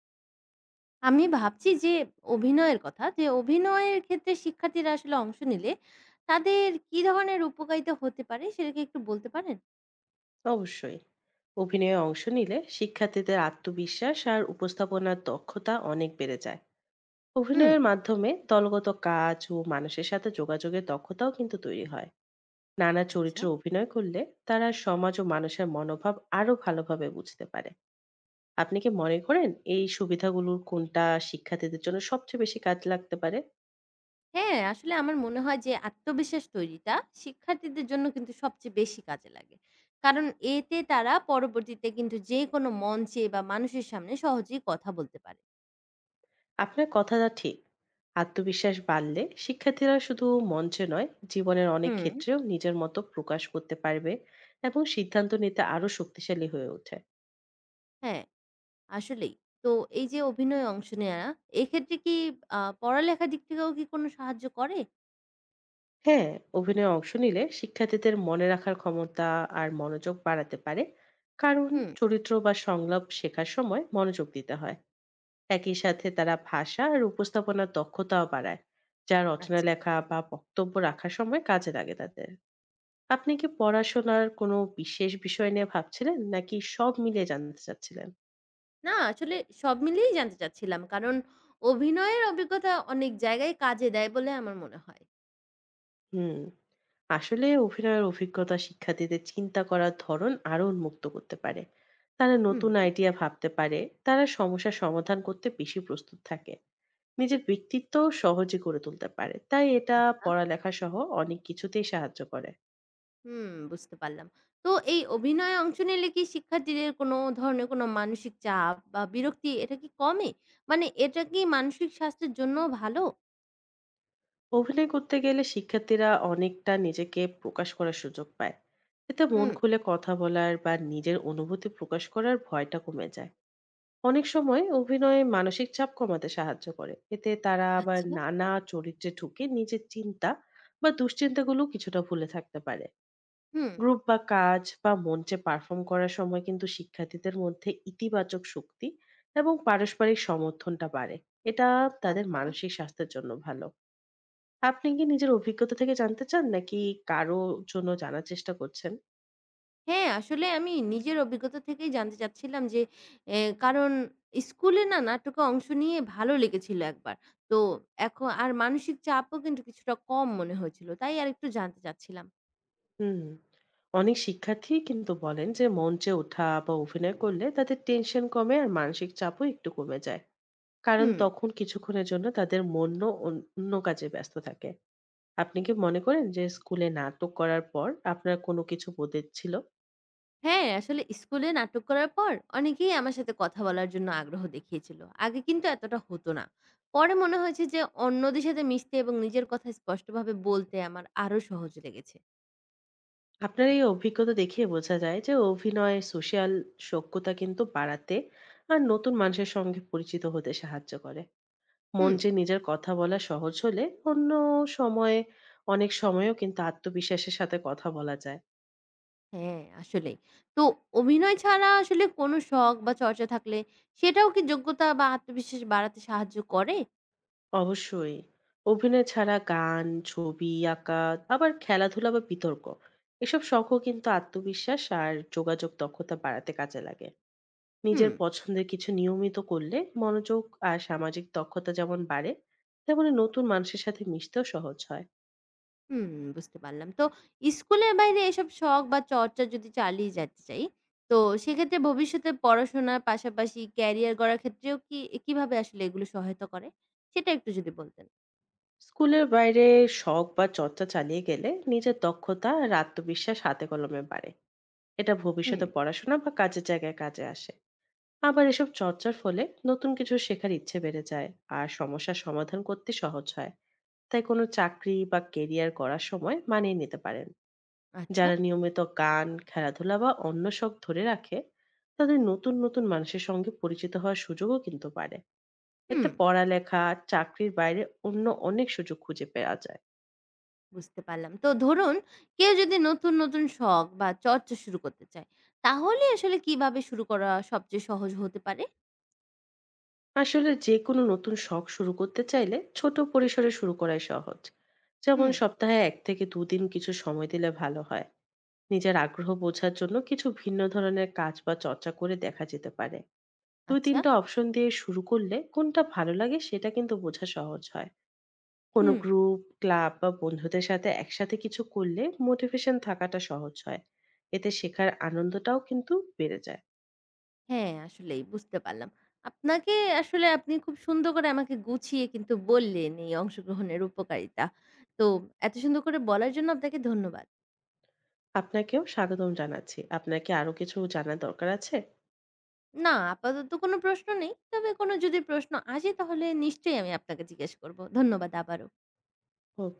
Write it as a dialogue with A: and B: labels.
A: আমি ভাবছি যে অভিনয়ের কথা, যে অভিনয়ের ক্ষেত্রে শিক্ষার্থীরা আসলে অংশ নিলে তাদের কি ধরনের উপকারিতা হতে পারে সেটা কি একটু বলতে পারেন?
B: অবশ্যই। অভিনয়ে অংশ নিলে শিক্ষার্থীদের আত্মবিশ্বাস আর উপস্থাপনার দক্ষতা অনেক বেড়ে যায়।
A: হুম।
B: অভিনয়ের মাধ্যমে দলগত কাজ ও মানুষের সাথে যোগাযোগের দক্ষতাও কিন্তু তৈরি হয়। নানা
A: আচ্ছা।
B: চরিত্রে অভিনয় করলে তারা সমাজ ও মানুষের মনোভাব আরো ভালোভাবে বুঝতে পারে। আপনি কি মনে করেন এই সুবিধাগুলোর কোনটা শিক্ষার্থীদের জন্য সবচেয়ে বেশি কাজে লাগতে পারে?
A: হ্যাঁ, আসলে আমার মনে হয় যে আত্মবিশ্বাস তৈরিটা শিক্ষার্থীদের জন্য কিন্তু সবচেয়ে বেশি কাজে লাগে। কারণ এতে তারা পরবর্তীতে কিন্তু যেকোনো মঞ্চে বা মানুষের সামনে সহজেই কথা বলতে পারে।
B: আপনার কথাটা ঠিক। আত্মবিশ্বাস বাড়লে শিক্ষার্থীরা শুধু মঞ্চে নয়, জীবনের অনেক
A: হুম।
B: ক্ষেত্রেও নিজের মতো প্রকাশ করতে পারবে এবং সিদ্ধান্ত নিতে আরো শক্তিশালী হয়ে ওঠে।
A: হ্যাঁ, আসলেই। তো এই যে অভিনয়ে অংশ নেয়া, এক্ষেত্রে কি পড়ালেখার দিক থেকেও কি কোনো সাহায্য করে?
B: হ্যাঁ, অভিনয়ে অংশ নিলে শিক্ষার্থীদের মনে রাখার ক্ষমতা আর মনোযোগ বাড়াতে পারে, কারণ
A: হুম।
B: চরিত্র বা সংলাপ শেখার সময় মনোযোগ দিতে হয়। একই সাথে তারা ভাষা আর উপস্থাপনার দক্ষতাও বাড়ায়, যা রচনা
A: আচ্ছা।
B: লেখা বা বক্তব্য রাখার সময় কাজে লাগে তাদের। আপনি কি পড়াশোনার কোনো বিশেষ বিষয় নিয়ে ভাবছিলেন? নাকি সব মিলিয়ে জানতে চাচ্ছিলেন?
A: না আসলে সব মিলিয়েই জানতে চাচ্ছিলাম। কারণ অভিনয়ের অভিজ্ঞতা অনেক জায়গায় কাজে দেয় বলে আমার মনে হয়।
B: হুম। আসলে অভিনয়ের অভিজ্ঞতা শিক্ষার্থীদের চিন্তা করার ধরন আরো উন্মুক্ত করতে পারে। তারা
A: হুম।
B: নতুন আইডিয়া ভাবতে পারে, তারা সমস্যার সমাধান করতে বেশি প্রস্তুত থাকে। নিজের ব্যক্তিত্বও সহজে গড়ে তুলতে পারে। তাই এটা
A: আচ্ছা।
B: পড়ালেখা সহ অনেক কিছুতেই সাহায্য করে।
A: হুম, বুঝতে পারলাম। তো এই অভিনয়ে অংশ নিলে কি শিক্ষার্থীদের কোনো ধরনের কোনো মানসিক চাপ বা বিরক্তি এটা কি কমে? মানে এটা কি মানসিক স্বাস্থ্যের জন্যও ভালো?
B: অভিনয় করতে গেলে শিক্ষার্থীরা অনেকটা নিজেকে প্রকাশ করার সুযোগ পায়। এতে মন
A: হুম।
B: খুলে কথা বলার বা নিজের অনুভূতি প্রকাশ করার ভয়টা কমে যায়। অনেক সময় অভিনয়ে মানসিক চাপ কমাতে সাহায্য করে। এতে তারা আবার
A: আচ্ছা।
B: নানা চরিত্রে ঢুকে নিজের চিন্তা বা দুশ্চিন্তাগুলো কিছুটা ভুলে থাকতে পারে।
A: হুম।
B: গ্রুপ বা কাজ বা মঞ্চে পারফর্ম করার সময় কিন্তু শিক্ষার্থীদের মধ্যে ইতিবাচক শক্তি এবং পারস্পরিক সমর্থনটা বাড়ে। এটা তাদের
A: আচ্ছা।
B: মানসিক স্বাস্থ্যের জন্য ভালো। আপনি কি নিজের অভিজ্ঞতা থেকে জানতে চান, নাকি কারো জন্য জানার চেষ্টা করছেন?
A: হ্যাঁ, আসলে আমি নিজের অভিজ্ঞতা থেকেই জানতে চাচ্ছিলাম যে, কারণ স্কুলে না নাটকে অংশ নিয়ে ভালো লেগেছিল একবার। তো এখ আর মানসিক চাপও কিন্তু কিছুটা কম মনে হয়েছিল। তাই আরেকটু জানতে চাচ্ছিলাম।
B: হুম। অনেক শিক্ষার্থী কিন্তু বলেন যে মঞ্চে ওঠা বা অভিনয় করলে তাদের টেনশন কমে আর মানসিক চাপও একটু কমে যায়। কারণ
A: হুম।
B: তখন কিছুক্ষণের জন্য তাদের মনও অন্য কাজে ব্যস্ত থাকে। আপনি কি মনে করেন যে স্কুলে নাটক করার পর আপনার কোনো কিছু বদলেছিল?
A: হ্যাঁ, আসলে স্কুলে নাটক করার পর অনেকেই আমার সাথে কথা বলার জন্য আগ্রহ দেখিয়েছিল। আগে কিন্তু এতটা হতো না। পরে মনে হয়েছে যে অন্যদের সাথে মিশতে এবং নিজের কথা স্পষ্টভাবে বলতে আমার আরো সহজ লেগেছে।
B: আপনার এই অভিজ্ঞতা দেখিয়ে বোঝা যায় যে অভিনয় সোশ্যাল সখ্যতা কিন্তু বাড়াতে আর নতুন মানুষের সঙ্গে পরিচিত হতে সাহায্য করে। মন
A: হুম।
B: যে নিজের কথা বলা সহজ হলে অন্য সময়ে অনেক সময়ও কিন্তু আত্মবিশ্বাসের সাথে কথা বলা যায়।
A: হ্যাঁ, আসলেই। তো অভিনয় ছাড়া আসলে কোনো শখ বা চর্চা থাকলে সেটাও কি যোগ্যতা বা আত্মবিশ্বাস বাড়াতে সাহায্য করে?
B: অবশ্যই। অভিনয় ছাড়া গান, ছবি আঁকা, আবার খেলাধুলা বা বিতর্ক। এসব শখও কিন্তু আত্মবিশ্বাস আর যোগাযোগ দক্ষতা বাড়াতে কাজে লাগে।
A: হুম।
B: নিজের পছন্দের কিছু নিয়মিত করলে মনোযোগ আর সামাজিক দক্ষতা যেমন বাড়ে, তেমনি নতুন মানুষের সাথে মিশতেও সহজ হয়।
A: হুম, বুঝতে পারলাম। তো স্কুলের বাইরে এসব শখ বা চর্চা যদি চালিয়ে যেতে চাই, তো সেক্ষেত্রে ভবিষ্যতে পড়াশোনার পাশাপাশি ক্যারিয়ার গড়ার ক্ষেত্রেও কি কিভাবে আসলে এগুলো সহায়তা করে? সেটা একটু যদি বলতেন।
B: স্কুলের বাইরে শখ বা চর্চা চালিয়ে গেলে নিজের দক্ষতা আর আত্মবিশ্বাস হাতে কলমে বাড়ে। এটা
A: হুম।
B: ভবিষ্যতে পড়াশোনা বা কাজের জায়গায় কাজে আসে। আবার এসব চর্চার ফলে নতুন কিছু শেখার ইচ্ছে বেড়ে যায় আর সমস্যার সমাধান করতে সহজ হয়। তাই কোনো চাকরি বা কেরিয়ার করার সময় মানিয়ে নিতে পারেন।
A: আচ্ছা।
B: যারা নিয়মিত গান, খেলাধুলা বা অন্য শখ ধরে রাখে, তাদের নতুন নতুন মানুষের সঙ্গে পরিচিত হওয়ার সুযোগও কিন্তু পারে। এতে
A: হুম।
B: পড়ালেখা, চাকরির বাইরে অন্য অনেক সুযোগ খুঁজে পাওয়া যায়।
A: বুঝতে পারলাম। তো ধরুন কেউ যদি নতুন, নতুন শখ বা চর্চা শুরু করতে চায়, তাহলে আসলে কিভাবে শুরু করা সবচেয়ে সহজ হতে পারে?
B: আসলে যেকোনো নতুন শখ শুরু করতে চাইলে ছোট পরিসরে শুরু করাই সহজ। যেমন
A: হুম।
B: সপ্তাহে এক থেকে দুদিন কিছু সময় দিলে ভালো হয়। নিজের আগ্রহ বোঝার জন্য কিছু ভিন্ন ধরনের কাজ বা চর্চা করে দেখা যেতে পারে। দুই
A: আচ্ছা।
B: তিনটা অপশন দিয়ে শুরু করলে কোনটা ভালো লাগে সেটা কিন্তু বোঝা সহজ হয়। কোনো
A: হুম।
B: গ্রুপ, ক্লাব বা বন্ধুদের সাথে একসাথে কিছু করলে মোটিভেশন থাকাটা সহজ হয়। এতে শেখার আনন্দটাও কিন্তু বেড়ে যায়।
A: হ্যাঁ, আসলেই বুঝতে পারলাম। আপনাকে আসলে আপনি খুব সুন্দর করে আমাকে গুছিয়ে কিন্তু বললেন এই অংশগ্রহণের উপকারিতা। তো এত সুন্দর করে বলার জন্য আপনাকে ধন্যবাদ।
B: আপনাকেও স্বাগতম জানাচ্ছি। আপনার কি আরো কিছু জানার দরকার আছে?
A: না, আপাতত কোনো প্রশ্ন নেই। তবে কোনো যদি প্রশ্ন আসে তাহলে নিশ্চয়ই আমি আপনাকে জিজ্ঞেস করব। ধন্যবাদ আবারও।
B: ও।